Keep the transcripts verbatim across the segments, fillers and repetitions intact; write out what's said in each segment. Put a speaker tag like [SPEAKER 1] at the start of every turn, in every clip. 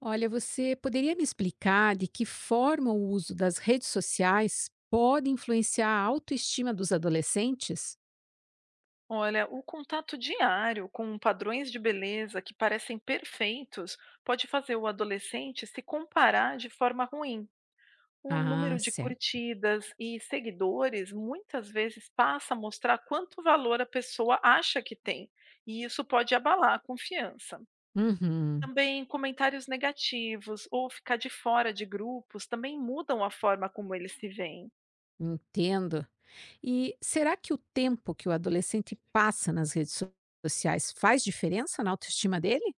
[SPEAKER 1] Olha, você poderia me explicar de que forma o uso das redes sociais pode influenciar a autoestima dos adolescentes?
[SPEAKER 2] Olha, o contato diário com padrões de beleza que parecem perfeitos pode fazer o adolescente se comparar de forma ruim. O
[SPEAKER 1] Ah,
[SPEAKER 2] número de
[SPEAKER 1] certo.
[SPEAKER 2] curtidas e seguidores muitas vezes passa a mostrar quanto valor a pessoa acha que tem, e isso pode abalar a confiança.
[SPEAKER 1] Uhum,
[SPEAKER 2] Também comentários negativos ou ficar de fora de grupos também mudam a forma como eles se veem.
[SPEAKER 1] entendo. E será que o tempo que o adolescente passa nas redes so- sociais faz diferença na autoestima dele?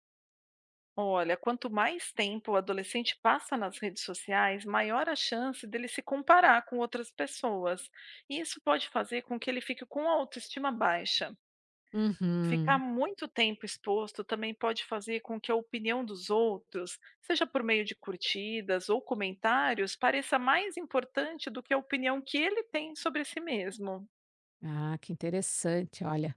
[SPEAKER 2] Olha, quanto mais tempo o adolescente passa nas redes sociais, maior a chance dele se comparar com outras pessoas. E isso pode fazer com que ele fique com a autoestima baixa. Ficar
[SPEAKER 1] Uhum.
[SPEAKER 2] muito tempo exposto também pode fazer com que a opinião dos outros, seja por meio de curtidas ou comentários, pareça mais importante do que a opinião que ele tem sobre si mesmo.
[SPEAKER 1] Ah, que interessante, olha.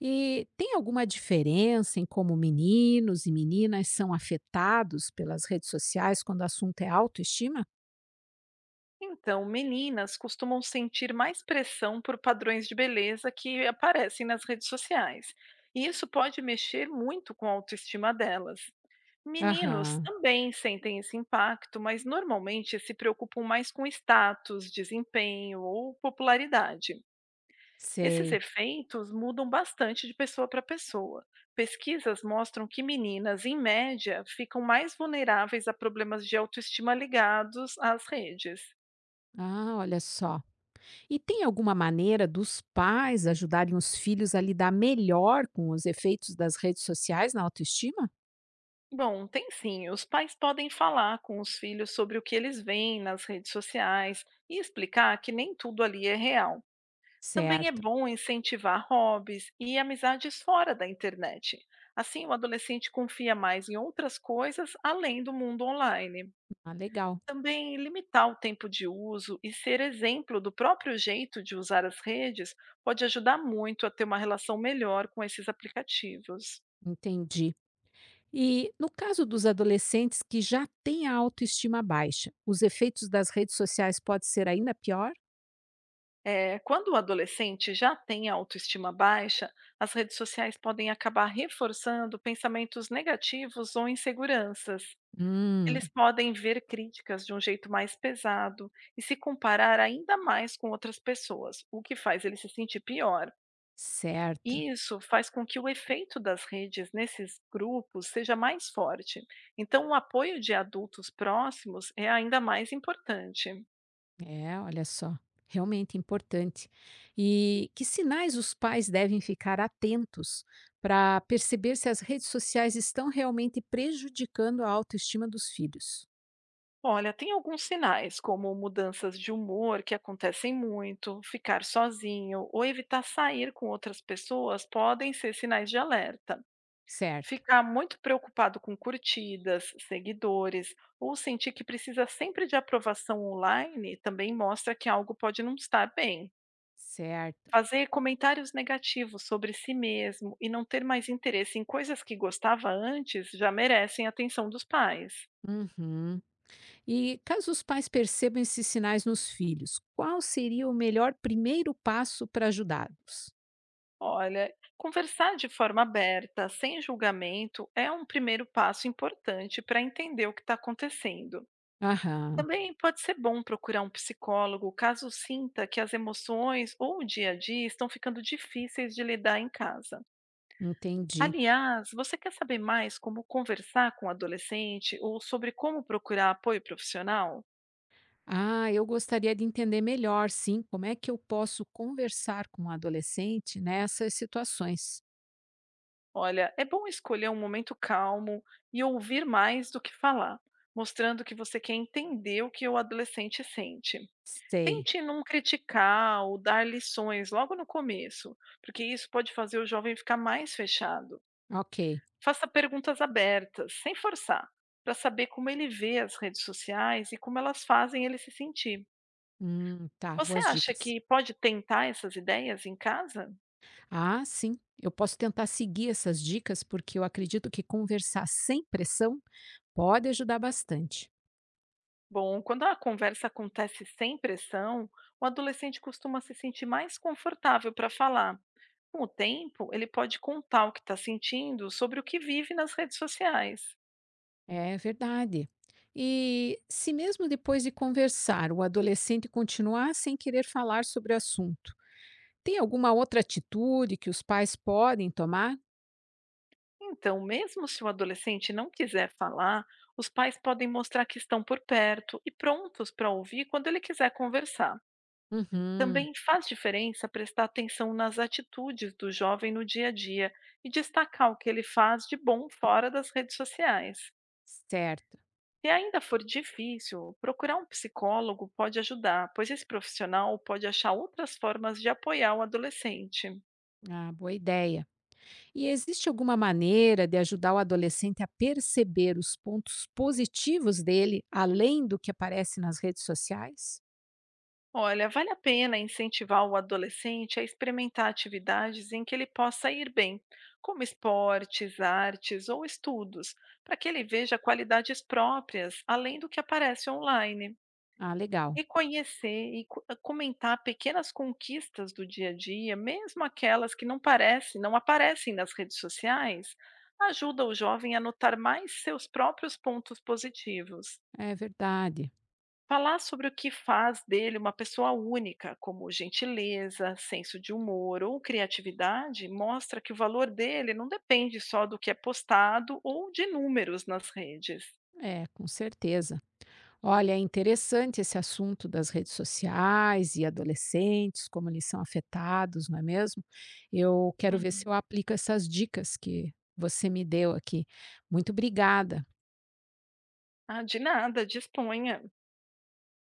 [SPEAKER 1] E tem alguma diferença em como meninos e meninas são afetados pelas redes sociais quando o assunto é autoestima?
[SPEAKER 2] Então, meninas costumam sentir mais pressão por padrões de beleza que aparecem nas redes sociais. E isso pode mexer muito com a autoestima delas. Meninos
[SPEAKER 1] Aham.
[SPEAKER 2] também sentem esse impacto, mas normalmente se preocupam mais com status, desempenho ou popularidade. Esses
[SPEAKER 1] Sei.
[SPEAKER 2] efeitos mudam bastante de pessoa para pessoa. Pesquisas mostram que meninas, em média, ficam mais vulneráveis a problemas de autoestima ligados às redes.
[SPEAKER 1] Ah, olha só. E tem alguma maneira dos pais ajudarem os filhos a lidar melhor com os efeitos das redes sociais na autoestima?
[SPEAKER 2] Bom, tem sim. Os pais podem falar com os filhos sobre o que eles veem nas redes sociais e explicar que nem tudo ali é real. Também é
[SPEAKER 1] Certo.
[SPEAKER 2] bom incentivar hobbies e amizades fora da internet. Assim, o adolescente confia mais em outras coisas além do mundo online.
[SPEAKER 1] Ah, legal.
[SPEAKER 2] Também limitar o tempo de uso e ser exemplo do próprio jeito de usar as redes pode ajudar muito a ter uma relação melhor com esses aplicativos.
[SPEAKER 1] Entendi. E no caso dos adolescentes que já têm a autoestima baixa, os efeitos das redes sociais podem ser ainda pior?
[SPEAKER 2] É, quando o adolescente já tem a autoestima baixa, as redes sociais podem acabar reforçando pensamentos negativos ou inseguranças. Eles
[SPEAKER 1] Hum,
[SPEAKER 2] podem ver críticas de um jeito mais pesado e se comparar ainda mais com outras pessoas, o que faz ele se sentir pior.
[SPEAKER 1] certo.
[SPEAKER 2] E isso faz com que o efeito das redes nesses grupos seja mais forte. Então, o apoio de adultos próximos é ainda mais importante.
[SPEAKER 1] É, olha só, realmente importante. E que sinais os pais devem ficar atentos para perceber se as redes sociais estão realmente prejudicando a autoestima dos filhos?
[SPEAKER 2] Olha, tem alguns sinais, como mudanças de humor que acontecem muito, ficar sozinho ou evitar sair com outras pessoas podem ser sinais de alerta.
[SPEAKER 1] Certo,
[SPEAKER 2] Ficar muito preocupado com curtidas, seguidores ou sentir que precisa sempre de aprovação online também mostra que algo pode não estar bem.
[SPEAKER 1] certo.
[SPEAKER 2] Fazer comentários negativos sobre si mesmo e não ter mais interesse em coisas que gostava antes já merecem atenção dos pais.
[SPEAKER 1] Uhum. E caso os pais percebam esses sinais nos filhos, qual seria o melhor primeiro passo para ajudá-los?
[SPEAKER 2] Olha, conversar de forma aberta, sem julgamento, é um primeiro passo importante para entender o que está acontecendo.
[SPEAKER 1] Aham,
[SPEAKER 2] Também pode ser bom procurar um psicólogo caso sinta que as emoções ou o dia a dia estão ficando difíceis de lidar em casa.
[SPEAKER 1] entendi.
[SPEAKER 2] Aliás, você quer saber mais como conversar com o adolescente ou sobre como procurar apoio profissional?
[SPEAKER 1] Ah, eu gostaria de entender melhor, sim, como é que eu posso conversar com o adolescente nessas situações.
[SPEAKER 2] Olha, é bom escolher um momento calmo e ouvir mais do que falar, mostrando que você quer entender o que o adolescente sente.
[SPEAKER 1] Sei.
[SPEAKER 2] Tente não criticar ou dar lições logo no começo, porque isso pode fazer o jovem ficar mais fechado.
[SPEAKER 1] Ok.
[SPEAKER 2] Faça perguntas abertas, sem forçar, para saber como ele vê as redes sociais e como elas fazem ele se sentir.
[SPEAKER 1] Hum, tá,
[SPEAKER 2] Você
[SPEAKER 1] boas
[SPEAKER 2] acha
[SPEAKER 1] dicas.
[SPEAKER 2] que pode tentar essas ideias em casa?
[SPEAKER 1] Ah, sim, eu posso tentar seguir essas dicas porque eu acredito que conversar sem pressão pode ajudar bastante.
[SPEAKER 2] Bom, quando a conversa acontece sem pressão, o adolescente costuma se sentir mais confortável para falar. Com o tempo, ele pode contar o que está sentindo sobre o que vive nas redes sociais.
[SPEAKER 1] É verdade. E se mesmo depois de conversar o adolescente continuar sem querer falar sobre o assunto, tem alguma outra atitude que os pais podem tomar?
[SPEAKER 2] Então, mesmo se o adolescente não quiser falar, os pais podem mostrar que estão por perto e prontos para ouvir quando ele quiser conversar.
[SPEAKER 1] Uhum.
[SPEAKER 2] Também faz diferença prestar atenção nas atitudes do jovem no dia a dia e destacar o que ele faz de bom fora das redes sociais.
[SPEAKER 1] Certo.
[SPEAKER 2] Se ainda for difícil, procurar um psicólogo pode ajudar, pois esse profissional pode achar outras formas de apoiar o adolescente.
[SPEAKER 1] Ah, boa ideia. E existe alguma maneira de ajudar o adolescente a perceber os pontos positivos dele, além do que aparece nas redes sociais?
[SPEAKER 2] Olha, vale a pena incentivar o adolescente a experimentar atividades em que ele possa ir bem, como esportes, artes ou estudos, para que ele veja qualidades próprias além do que aparece online.
[SPEAKER 1] Ah, legal.
[SPEAKER 2] Reconhecer e co ah, comentar pequenas conquistas do dia a dia, mesmo aquelas que não parecem não aparecem nas redes sociais, ajuda o jovem a notar mais seus próprios pontos positivos.
[SPEAKER 1] É verdade.
[SPEAKER 2] Falar sobre o que faz dele uma pessoa única, como gentileza, senso de humor ou criatividade, mostra que o valor dele não depende só do que é postado ou de números nas redes.
[SPEAKER 1] É, com certeza. Olha, é interessante esse assunto das redes sociais e adolescentes, como eles são afetados, não é mesmo? Eu quero ver se
[SPEAKER 2] Uhum.
[SPEAKER 1] eu aplico essas dicas que você me deu aqui. Muito obrigada.
[SPEAKER 2] Ah, de nada, disponha.